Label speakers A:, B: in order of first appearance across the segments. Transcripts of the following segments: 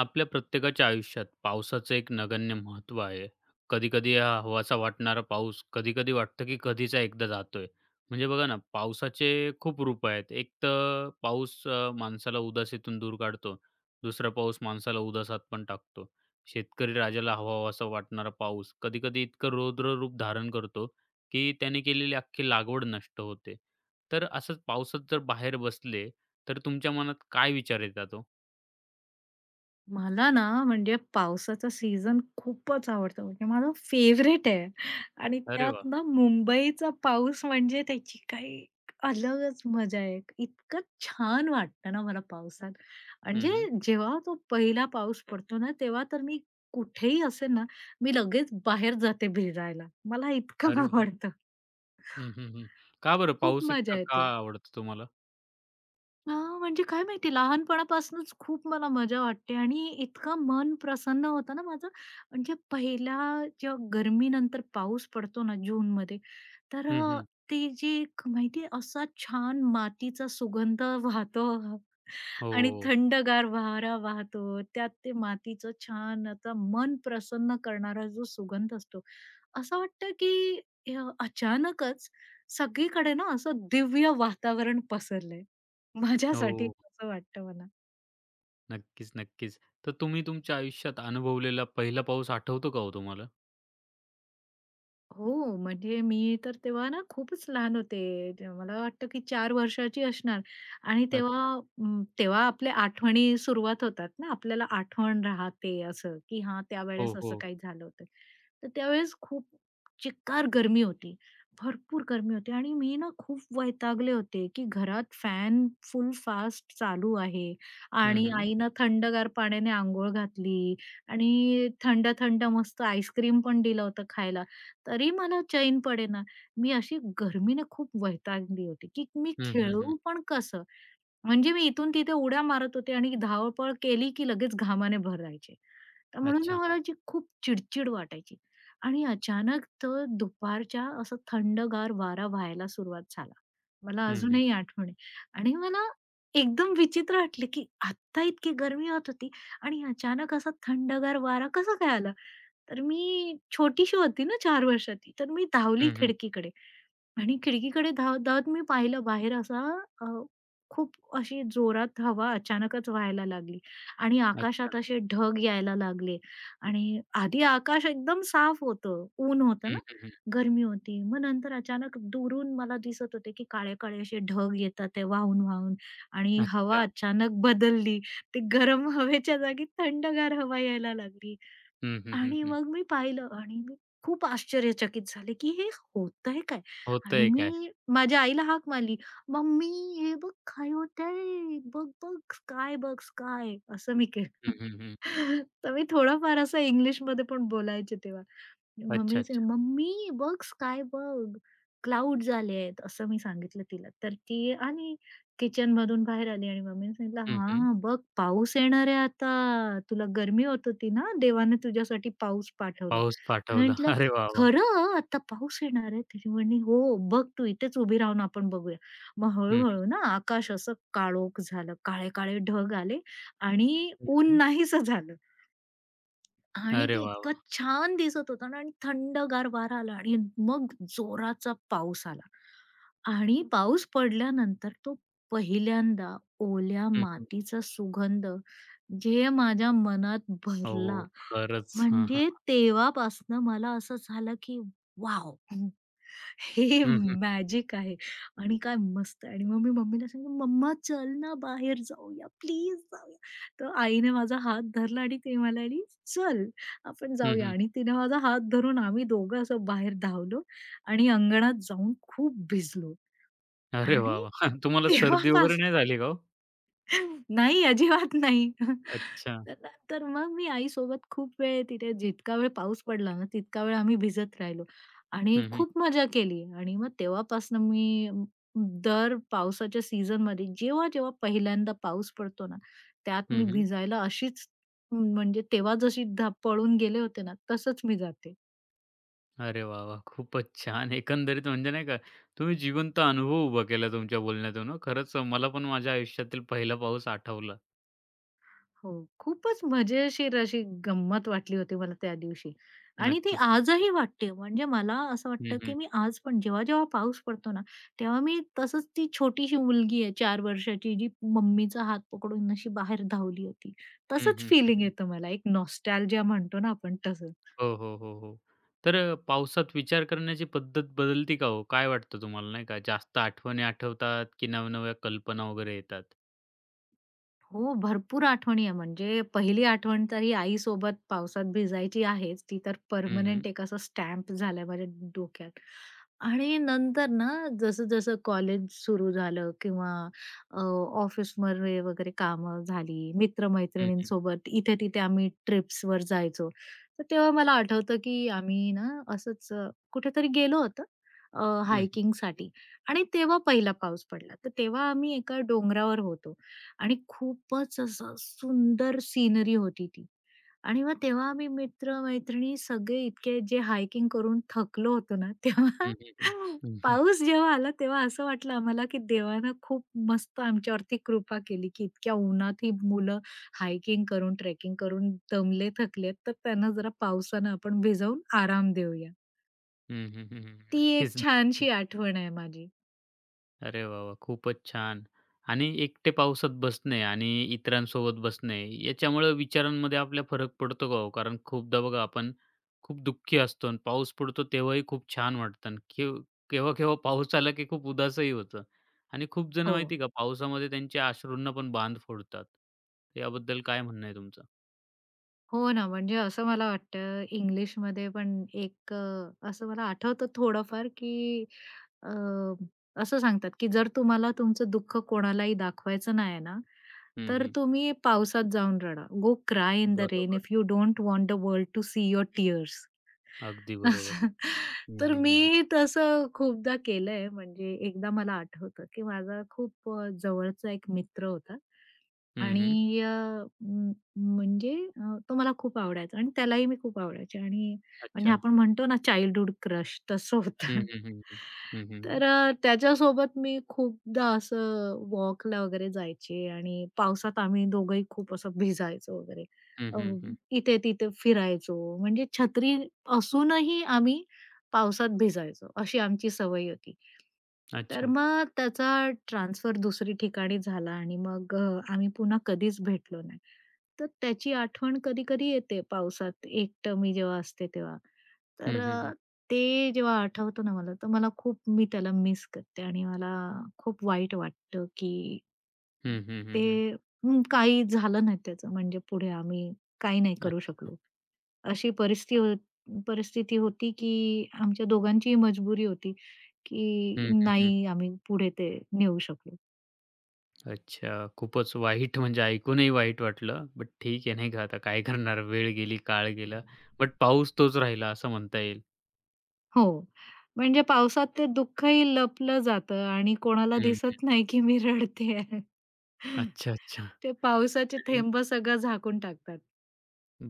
A: आपल्या प्रत्येकाच्या आयुष्यात पावसाचं एक नगण्य महत्त्व आहे. कधी-कधी हा हवासा वाटणारा पाऊस, कधी-कधी वाटतं की कधीचा एकदा जातोय. म्हणजे बघा ना, पावसाचे खूप रूप आहेत. एक तर पाऊस माणसाला उदासीतून दूर काढतो. दुसरा पाऊस माणसाला उदासात पण टाकतो. शेतकरी राजाला हवाहवासा वाटणारा पाऊस कधी-कधी इतकं रौद्र रूप धारण करतो, की त्याने केलेली अख्खी लागवड नष्ट होते. तर असंच पावसात जर बाहेर बसले, तर तुमच्या मनात काय विचार येतात ओ?
B: मला ना म्हणजे पावसाचा सीझन खूपच आवडतो. म्हणजे माझा फेवरेट आहे आणि
A: अरे वाह!
B: त्यात ना मुंबईचा पाऊस म्हणजे त्याची काही अलगच मजा आहे. इतकं छान वाटतं ना मला पावसात.
A: हं,
B: म्हणजे
A: हं.
B: जेव्हा तो पहिला पाऊस पडतो ना, तेव्हा तर मी कुठेही असेल ना, मी लगेच बाहेर जाते भिजायला. मला इतकं
A: अरे वाह!
B: आवडतं.
A: हं, हं, हं. का बरं
B: खूप
A: पाऊस
B: मजा
A: इतका का
B: येते.
A: आवडतो तुम्हाला?
B: हां, म्हणजे काय माहिती लहानपणापासूनच खूप मला मजा वाटते आणि इतकं मन प्रसन्न होतं ना माझं. म्हणजे पहिला जेव्हा गरमीनंतर पाऊस पडतो ना जूनमध्ये, तर
A: हं,
B: अ,
A: हं.
B: ते जे एक माहिती आहे असा छान मातीचा सुगंध वाहतो
A: हो.
B: आणि थंडगार वारा वाहतो. त्यात ते मातीचं छान आता मन प्रसन्न करणारा जो सुगंध असतो. असं वाटतं की अचानकच सगळीकडे ना असं दिव्य वातावरण पसरलंय. माझ्यासाठी
A: हो.
B: असं वाटतं मला.
A: नक्कीच, नक्कीच. तर तुम्ही तुमच्या आयुष्यात अनुभवलेला पहिला पाऊस आठवतो का हो तुम्हाला?
B: हो, म्हणजे मी तर तेव्हा ना खूपच लहान होते. ते मला वाटतं की 4 वर्षाची असणार आणि तेव्हा
A: अच्छा.
B: अं, तेव्हा आपल्या आठवणी सुरुवात होतात ना, आपल्याला आठवण राहते असं, की हां,
A: हो,
B: त्यावेळेस असं
A: हो.
B: काही झालं होतं. तर त्यावेळेस खूप चिक्कार गरमी होती. भरपूर गरमी होती आणि मी ना खूप वैतागले होते, की घरात फॅन फुल फास्ट चालू आहे
A: हं,
B: आणि
A: हं.
B: आईनं थंडगार पाण्याने अंघोळ घातली आणि थंड-थंड मस्त आईस्क्रीम पण दिलं होतं खायला. तरी मला चैन पडेना. मी अशी गरमीने खूप वैतागली होती, की मी
A: हं, हं, हं.
B: खेळू पण कसं? म्हणजे मी इथून तिथे उड्या मारत होते आणि धावपळ केली की लगेच घामाने भरायचे. तर म्हणून ना
A: अच्छा.
B: मला जी खूप चिडचिड वाटायची आणि अचानक तर दुपारच्या असं थंडगार वारा व्हायला सुरुवात झाला. मला
A: हं,
B: अजूनही
A: हं.
B: आठवण आहे आणि मला एकदम विचित्र वाटलं, की आत्ता इतकी गरमी होत होती आणि अचानक असा थंडगार वारा कसा काय आला? तर मी छोटीशी होती ना 4 वर्षाची, तर मी धावली
A: हं, हं.
B: खिडकीकडे आणि खिडकीकडे धावत-धावत मी पाहिलं बाहेर अ, खूप अशी जोरात हवा अचानकच व्हायला लागली आणि
A: अच्छा.
B: आकाशात असे ढग यायला लागले आणि आधी आकाश एकदम साफ होतं, ऊन होतं
A: हं,
B: ना,
A: हं, हं.
B: गरमी होती. मग नंतर अचानक दुरून मला दिसत होते, की काळे-काळे असे ढग येतात ते वाहून-वाहून आणि हवा
A: अच्छा.
B: अचानक बदलली. ते गरम हवेच्या जागी थंडगार हवा यायला लागली.
A: हं, हं, हं,
B: आणि
A: हं.
B: मग मी पाहिलं आणि मी खूप आश्चर्यचकित झाले, की हे होतंय काय? आणि
A: होतंय काय?
B: मी माझ्या आईला हाक मारली, "मम्मी हे बघ काय होतंय? बघ, बघ, स्काय बघ, स्काय." असं मी
A: हं,
B: केलं.
A: हं, हं.
B: तर मी थोडंफार असं इंग्लिशमध्ये पण बोलायचे तेव्हा.
A: अच्छा,
B: मम्मीला सांग
A: अच्छा.
B: "मम्मी बघ स्काय बघ, क्लाउड्स आले आहेत." असं मी सांगितलं तिला. तर ती आली किचनमधून बाहेर आली आणि मम्मीने सांगितलं,
A: हं, हं.
B: "हां, बघ पाऊस येणार आहे आता. तुला गर्मी होत होती ना, देवाने तुझ्यासाठी पाऊस पाठवला."
A: पाऊस
B: मी
A: पाठवला.
B: म्हटलं,
A: अरे वाह, वाह!
B: "खरं? आता पाऊस येणार आहे?" ती म्हणे, "हो, बघ तू इथेच उभी राहून आपण बघूया." मग
A: हं, हं.
B: हळू ना आकाश असं काळोख झालं, काळे-काळे ढग आले आणि
A: हं,
B: ऊन
A: हं.
B: नाहीसं झालं. आणि
A: अरे
B: ते
A: वाह,
B: इतकं
A: वाह!
B: छान दिसत होतं ना आणि थंडगार वारा आला आणि मग जोराचा पाऊस आला. आणि पाऊस पडल्यानंतर तो पहिल्यांदा ओल्या
A: हं, हं.
B: मातीचा सुगंध जे माझ्या मनात
A: हो,
B: भरला.
A: खरंच. हां,
B: म्हणजे
A: हां.
B: तेव्हापासनं मला असं झालं की वॉव! हे
A: हं, हं.
B: मॅजिक आहे आणि काय मस्त आहे आणि मग मी मम्मीला सांगितलं, "मम्मा चल ना बाहेर जाऊया, प्लीज तर आईने माझा हात धरला आणि ती म्हणाली, "चल, आपण
A: हं,
B: जाऊया."
A: हं.
B: आणि तिने माझा हात धरून आम्ही दोघं असं बाहेर धावलो आणि अंगणात जाऊन खूप भिजलो
A: अरे वाह,
B: आणि
A: वाह! तुम्हाला सर्दी वगैरे
B: तेव्हापासून
A: नाही झाली का हो?
B: नाही, अजिबात नाही.
A: अच्छा.
B: तर ना तर मग मी आईसोबत खूप वेळ तिथे जितका वेळ पाऊस पडला ना, तितका वेळ आम्ही भिजत राहिलो आणि
A: हं, हं.
B: खूप मजा केली आणि मग तेव्हापासनं दर पावसाच्या सीझनमध्ये जेव्हा-जेव्हा पहिल्यांदा पाऊस पडतो ना, त्यात
A: हं,
B: मी
A: हं.
B: भिजायला अशीच म्हणजे तेव्हा जशी पळून गेले होते ना, तसंच मी जाते.
A: अरे वाह, वाह! खूपच छान. एकंदरीत म्हणजे नाही का, तुम्ही जिवंत अनुभव उभा केला तुमच्या बोलण्यातून हो. खरंच मला पण माझ्या आयुष्यातील पहिला पाऊस आठवला.
B: हो. खूपच मजेशीर अशी गंमत वाटली होती मला त्या दिवशी आणि ती
A: नक्कीच, नक्कीच.
B: आजही वाटते. म्हणजे मला असं
A: हं,
B: वाटतं,
A: हं.
B: की मी आज पण जेव्हा-जेव्हा पाऊस पडतो ना, तेव्हा मी तसंच ती छोटीशी मुलगी आहे 4 वर्षाची, जी मम्मीचा हात पकडून अशी बाहेर धावली होती.
A: हं,
B: तसंच
A: हं,
B: फीलिंग
A: हं,
B: येतं मला. एक नॉस्टॅल्जिया म्हणतो ना आपण तसं.
A: हो, हो, हो, हो. तर पावसात विचार करण्याची पद्धत बदलती का हो? काय वाटतं तुम्हाला नाही का? जास्त आठवणी आठवतात की नव्या कल्पना वगैरे येतात?
B: हो, भरपूर आठवणी आहे. म्हणजे पहिली आठवण तर ही आईसोबत पावसात भिजायची आहेच. ती तर
A: हं, हं.
B: पर्मनेंट एक असा स्टॅम्प झालाय माझ्या डोक्यात. आणि नंतर ना जसं-जसं कॉलेज सुरू झालं किंवा अ, ऑफिसमध्ये वगैरे कामं झाली,
A: हं, हं.
B: मित्र-मैत्रिणींसोबत इथे-तिथे आम्ही ट्रिप्सवर जायचो. तर तेव्हा मला आठवतं, की आम्ही ना असंच कुठेतरी गेलो होतो
A: हं, हं.
B: हायकिंगसाठी आणि तेव्हा पहिला पाऊस पडला. तर तेव्हा आम्ही एका डोंगरावर होतो आणि खूपच असं सुंदर सीनरी होती ती. आणि मग तेव्हा आम्ही मित्र-मैत्रिणी सगळे इतके जे हायकिंग करून थकलो होतो ना, तेव्हा
A: हं, हं, हं. हं, हं.
B: पाऊस जेव्हा आला तेव्हा असं वाटलं आम्हाला, की देवानं खूप मस्त आमच्यावरती कृपा केली, की इतक्या उन्हात ही मुलं हायकिंग करून, ट्रेकिंग करून दमले, थकलेत, तर त्यांना जरा पावसानं आपण भिजवून आराम देऊया.
A: हं, हं,
B: ती एक
A: नक्कीच,
B: छानशी आठवण आहे माझी.
A: अरे वाह, वाह! खूपच छान. आणि एकटे पावसात बसणे आणि इतरांसोबत बसणे याच्यामुळं विचारांमध्ये आपल्या फरक पडतो का हो? कारण खूपदा बघा आपण खूप दुःखी असतो आणि पाऊस पडतो तेव्हाही खूप छान वाटतं आणि केव्हा-केव्हा पाऊस आला की खूप उदासही होतं आणि खूप जण
B: हो.
A: माहिती का पावसामध्ये त्यांच्या अश्रूंना पण बांध फोडतात. तर याबद्दल काय म्हणणं आहे तुमचं?
B: हो ना, म्हणजे असं मला वाटतं इंग्लिशमध्ये पण एक असं मला आठवतं थोडंफार, की अ, असं सांगतात, की जर तुम्हाला तुमचं दुःख कोणालाही दाखवायचं नाही आहे ना,
A: हं,
B: तर
A: हं.
B: तुम्ही पावसात जाऊन रडा. Go cry in the rain
A: बरोबर.
B: If you don't want the world to see your tears.
A: अगदी बरोबर.
B: असं.
A: हं,
B: तर
A: हं, हं, हं.
B: मी तसं खूपदा केलंय. म्हणजे एकदा मला आठवतं, की माझा खूप जवळचा एक मित्र होता.
A: हं,
B: आणि अ, म म्हणजे अ, तो मला खूप आवडायचा आणि त्यालाही मी खूप आवडायचे आणि म्हणजे
A: अच्छा.
B: आपण म्हणतो ना चाइल्डहूड क्रश तसं
A: हं,
B: होतं.
A: हं, हं, हं. हं, हं, हं.
B: त्याच्यासोबत मी खूपदा असं वॉकला वगैरे जायचे आणि पावसात आम्ही दोघंही खूप असं भिजायचो वगैरे.
A: हं,
B: अ,
A: हं,
B: इथे-तिथे फिरायचो म्हणजे छत्री असूनही आम्ही पावसात भिजायचो, अशी आमची सवय होती. तर
A: अच्छा.
B: मग त्याचा ट्रान्सफर दुसरी ठिकाणी झाला आणि मग आम्ही पुन्हा कधीच भेटलो नाही. तर त्याची आठवण कधी-कधी येते पावसात एकटं मी जेव्हा असते तेव्हा. तर
A: हं, हं,
B: अ, ते जेव्हा आठवतं ना मला, तर मला खूप मी त्याला मिस करते आणि मला खूप वाईट वाटतं, की
A: हं, हं, हं,
B: ते
A: हं.
B: हं, काही झालं नाही त्याचं म्हणजे पुढे आम्ही काही नाही
A: अ
B: करू शकलो. अशी परिस्थिती होती, की आमच्या दोघांचीही मजबुरी होती, की
A: हं, हं, हं.
B: नाही आम्ही पुढे ते नेऊ शकलो.
A: अच्छा. खूपच वाईट म्हणजे ऐकूनही वाईट वाटलं. बट ठीक आहे नाही का आता काय करणार वेळ गेली, काळ गेला. बट पाऊस तोच राहिला असं म्हणता येईल.
B: हो. म्हणजे पावसात ते दुःखही लपलं जातं आणि कोणाला
A: हं.
B: दिसत नाही, की मी रडते आहे.
A: अच्छा, अच्छा.
B: ते पावसाचे थेंब सगळं झाकून टाकतात.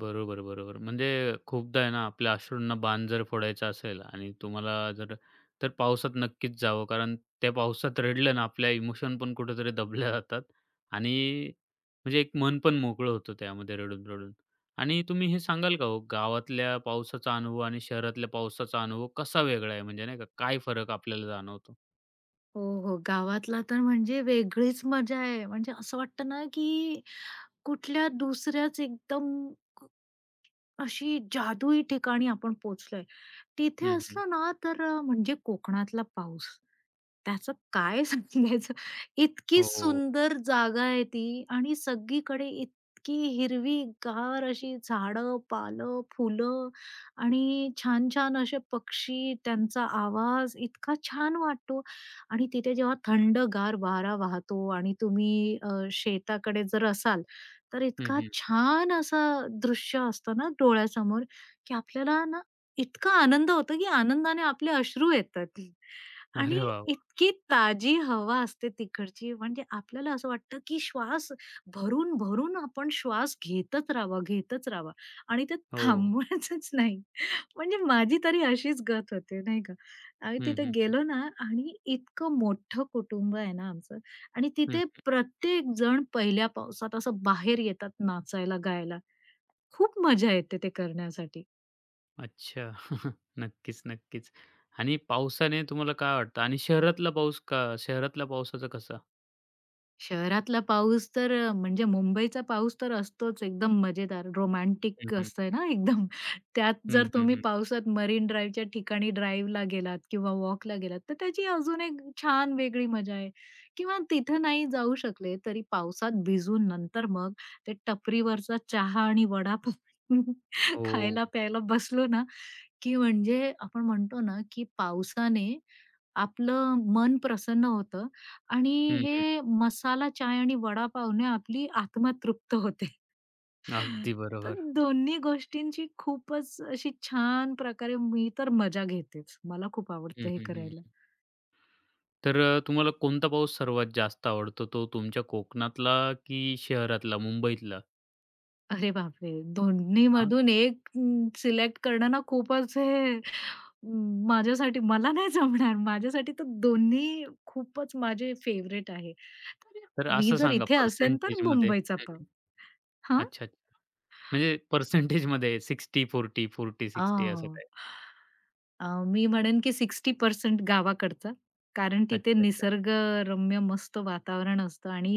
A: बरोबर, बरोबर. म्हणजे खूपदा आहे ना, आपल्या अश्रूंना बाण जर फोडायचा असेल आणि तुम्हाला जर तर पावसात नक्कीच जावं. कारण त्या पावसात रडलं ना, आपल्या इमोशन पण कुठेतरी दबल्या जातात आणि म्हणजे एक मन पण मोकळं होतं त्यामध्ये रडून-रडून. आणि तुम्ही हे सांगाल का हो, गावातल्या पावसाचा अनुभव आणि शहरातल्या पावसाचा अनुभव कसा वेगळा आहे? म्हणजे नाही का, काय फरक आपल्याला जाणवतो?
B: हो, हो. गावातला तर म्हणजे वेगळीच मजा आहे. म्हणजे असं वाटतं ना, की कुठल्या दुसऱ्याच एकदम अशी जादुई ठिकाणी आपण पोहोचलोय. तिथे
A: हं, हं.
B: असलं ना, तर अ, म्हणजे कोकणातला पाऊस. त्याचं काय सांगायचं? इतकी
A: हो.
B: सुंदर जागा आहे ती आणि सगळीकडे इतकी हिरवी गार अशी झाडं, पालं, फुलं आणि छान-छान असे पक्षी, त्यांचा आवाज इतका छान वाटतो आणि तिथे जेव्हा थंडगार वारा वाहतो आणि तुम्ही अ, शेताकडे जर असाल, तर
A: हं,
B: इतका
A: हं.
B: छान असं दृश्य असतं ना डोळ्यासमोर, की आपल्याला ना इतका आनंद होतो, की आनंदाने आपले अश्रू येतात आणि
A: अरे वाह, वाह!
B: इतकी ताजी हवा असते तिकडची, म्हणजे आपल्याला असं वाटतं, की श्वास भरून-भरून आपण श्वास घेतच राहावा, घेतच राहावा आणि ते
A: हो.
B: थांबवायचंच नाही. म्हणजे माझी तरी अशीच गत होते, नाही का? आम्ही
A: हं,
B: तिथे
A: हं, हं.
B: गेलो ना आणि इतकं मोठं कुटुंब आहे ना आमचं आणि तिथे प्रत्येक जण पहिल्या पावसात असं बाहेर येतात नाचायला, गायला. खूप मजा येते ते करण्यासाठी.
A: अच्छा. नक्कीच, नक्कीच. आणि पावसाने तुम्हाला काय वाटतं आणि शहरातला पाऊस का शहरातल्या पावसाचा कसा?
B: शहरातला पाऊस तर म्हणजे मुंबईचा पाऊस तर असतोच एकदम मजेदार,
A: हं,
B: रोमॅन्टिक
A: हं.
B: असतंय ना एकदम. त्यात
A: हं,
B: जर
A: हं,
B: तुम्ही
A: हं.
B: पावसात मरीन ड्राईव्हच्या ठिकाणी ड्राईव्हला गेलात किंवा वॉकला गेलात, तर त्याची अजून एक छान वेगळी मजा आहे. किंवा तिथं नाही जाऊ शकले तरी पावसात भिजून नंतर मग ते टपरीवरचा चहा आणि वडापाव
A: हो.
B: खायला-प्यायला बसलो ना, की म्हणजे आपण म्हणतो ना, की पावसाने आपलं मन प्रसन्न होतं आणि
A: हं, हं.
B: हे मसाला चाय आणि वडापावने आपली आत्मा तृप्त होते.
A: अगदी
B: तर
A: बरोबर.
B: दोन्ही गोष्टींची खूपच अशी छान प्रकारे मी तर मजा घेतेच. मला खूप आवडतं
A: हं,
B: हे
A: हं,
B: करायला.
A: हं. तर तुम्हाला कोणता पाऊस सर्वात जास्त आवडतो? तो तुमच्या कोकणातला की शहरातला, मुंबईतला?
B: अरे बापरे!
A: हां.
B: दोन्हीमधून एक सिलेक्ट करणं ना खूपच हे अं, माझ्यासाठी मला नाही जमणार. माझ्यासाठी तर दोन्ही खूपच माझे फेव्हरेट आहे. तर
A: तर
B: मी
A: असं
B: जर
A: सांगा
B: इथे असेन तर
A: पर्सेंटेजमध्ये.
B: मुंबईचा
A: हं,
B: पाव.
A: हं.
B: हां.
A: अच्छा, अच्छा. म्हणजे पर्सेंटेजमध्ये 60-40, 40-60 असं काही.
B: आह. अ, मी म्हणेन की 60% गावाकडचा. कारण
A: अच्छा,
B: तिथे
A: अच्छा.
B: निसर्गरम्य मस्त वातावरण असतं आणि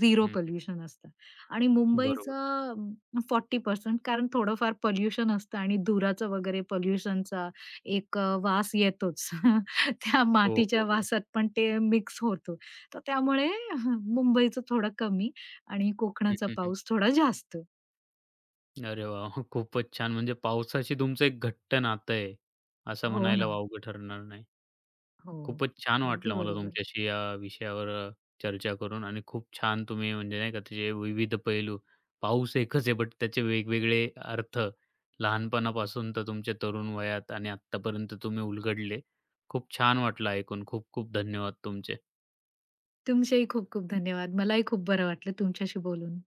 B: झिरो
A: हं, हं,
B: पोल्युशन असतं. आणि मुंबईचं
A: बरोबर.
B: अ, 40% कारण थोडंफार पोल्युशन असतं आणि धुराचं वगैरे पोल्युशनचा एक वास येतोच. त्या
A: हो,
B: मातीच्या
A: हो, हो.
B: वासात पण ते मिक्स होतो. तर त्यामुळे मुंबईचं थोडं कमी आणि
A: हं,
B: कोकणाचा
A: हं, हं.
B: पाऊस थोडा जास्त.
A: अरे वाह! खूपच छान. म्हणजे पावसाशी तुमचं एक घट्ट नातं आहे, असं
B: हो
A: म्हणायला
B: ना.
A: वावगं ठरणार नाही.
B: हो.
A: खूपच छान
B: अगदी
A: वाटलं मला
B: बरोबर.
A: तुमच्याशी या विषयावर चर्चा करून आणि खूप छान तुम्ही म्हणजे नाही का त्याचे विविध पैलू, पाऊस एकच आहे बट त्याचे वेगवेगळे अर्थ लहानपणापासून तर तुमच्या तरुण वयात आणि आत्तापर्यंत तुम्ही उलगडले. खूप छान वाटलं ऐकून. खूप खूप धन्यवाद तुमचे.
B: तुमचेही खूप खूप धन्यवाद. मलाही खूप बरं वाटलं तुमच्याशी बोलून.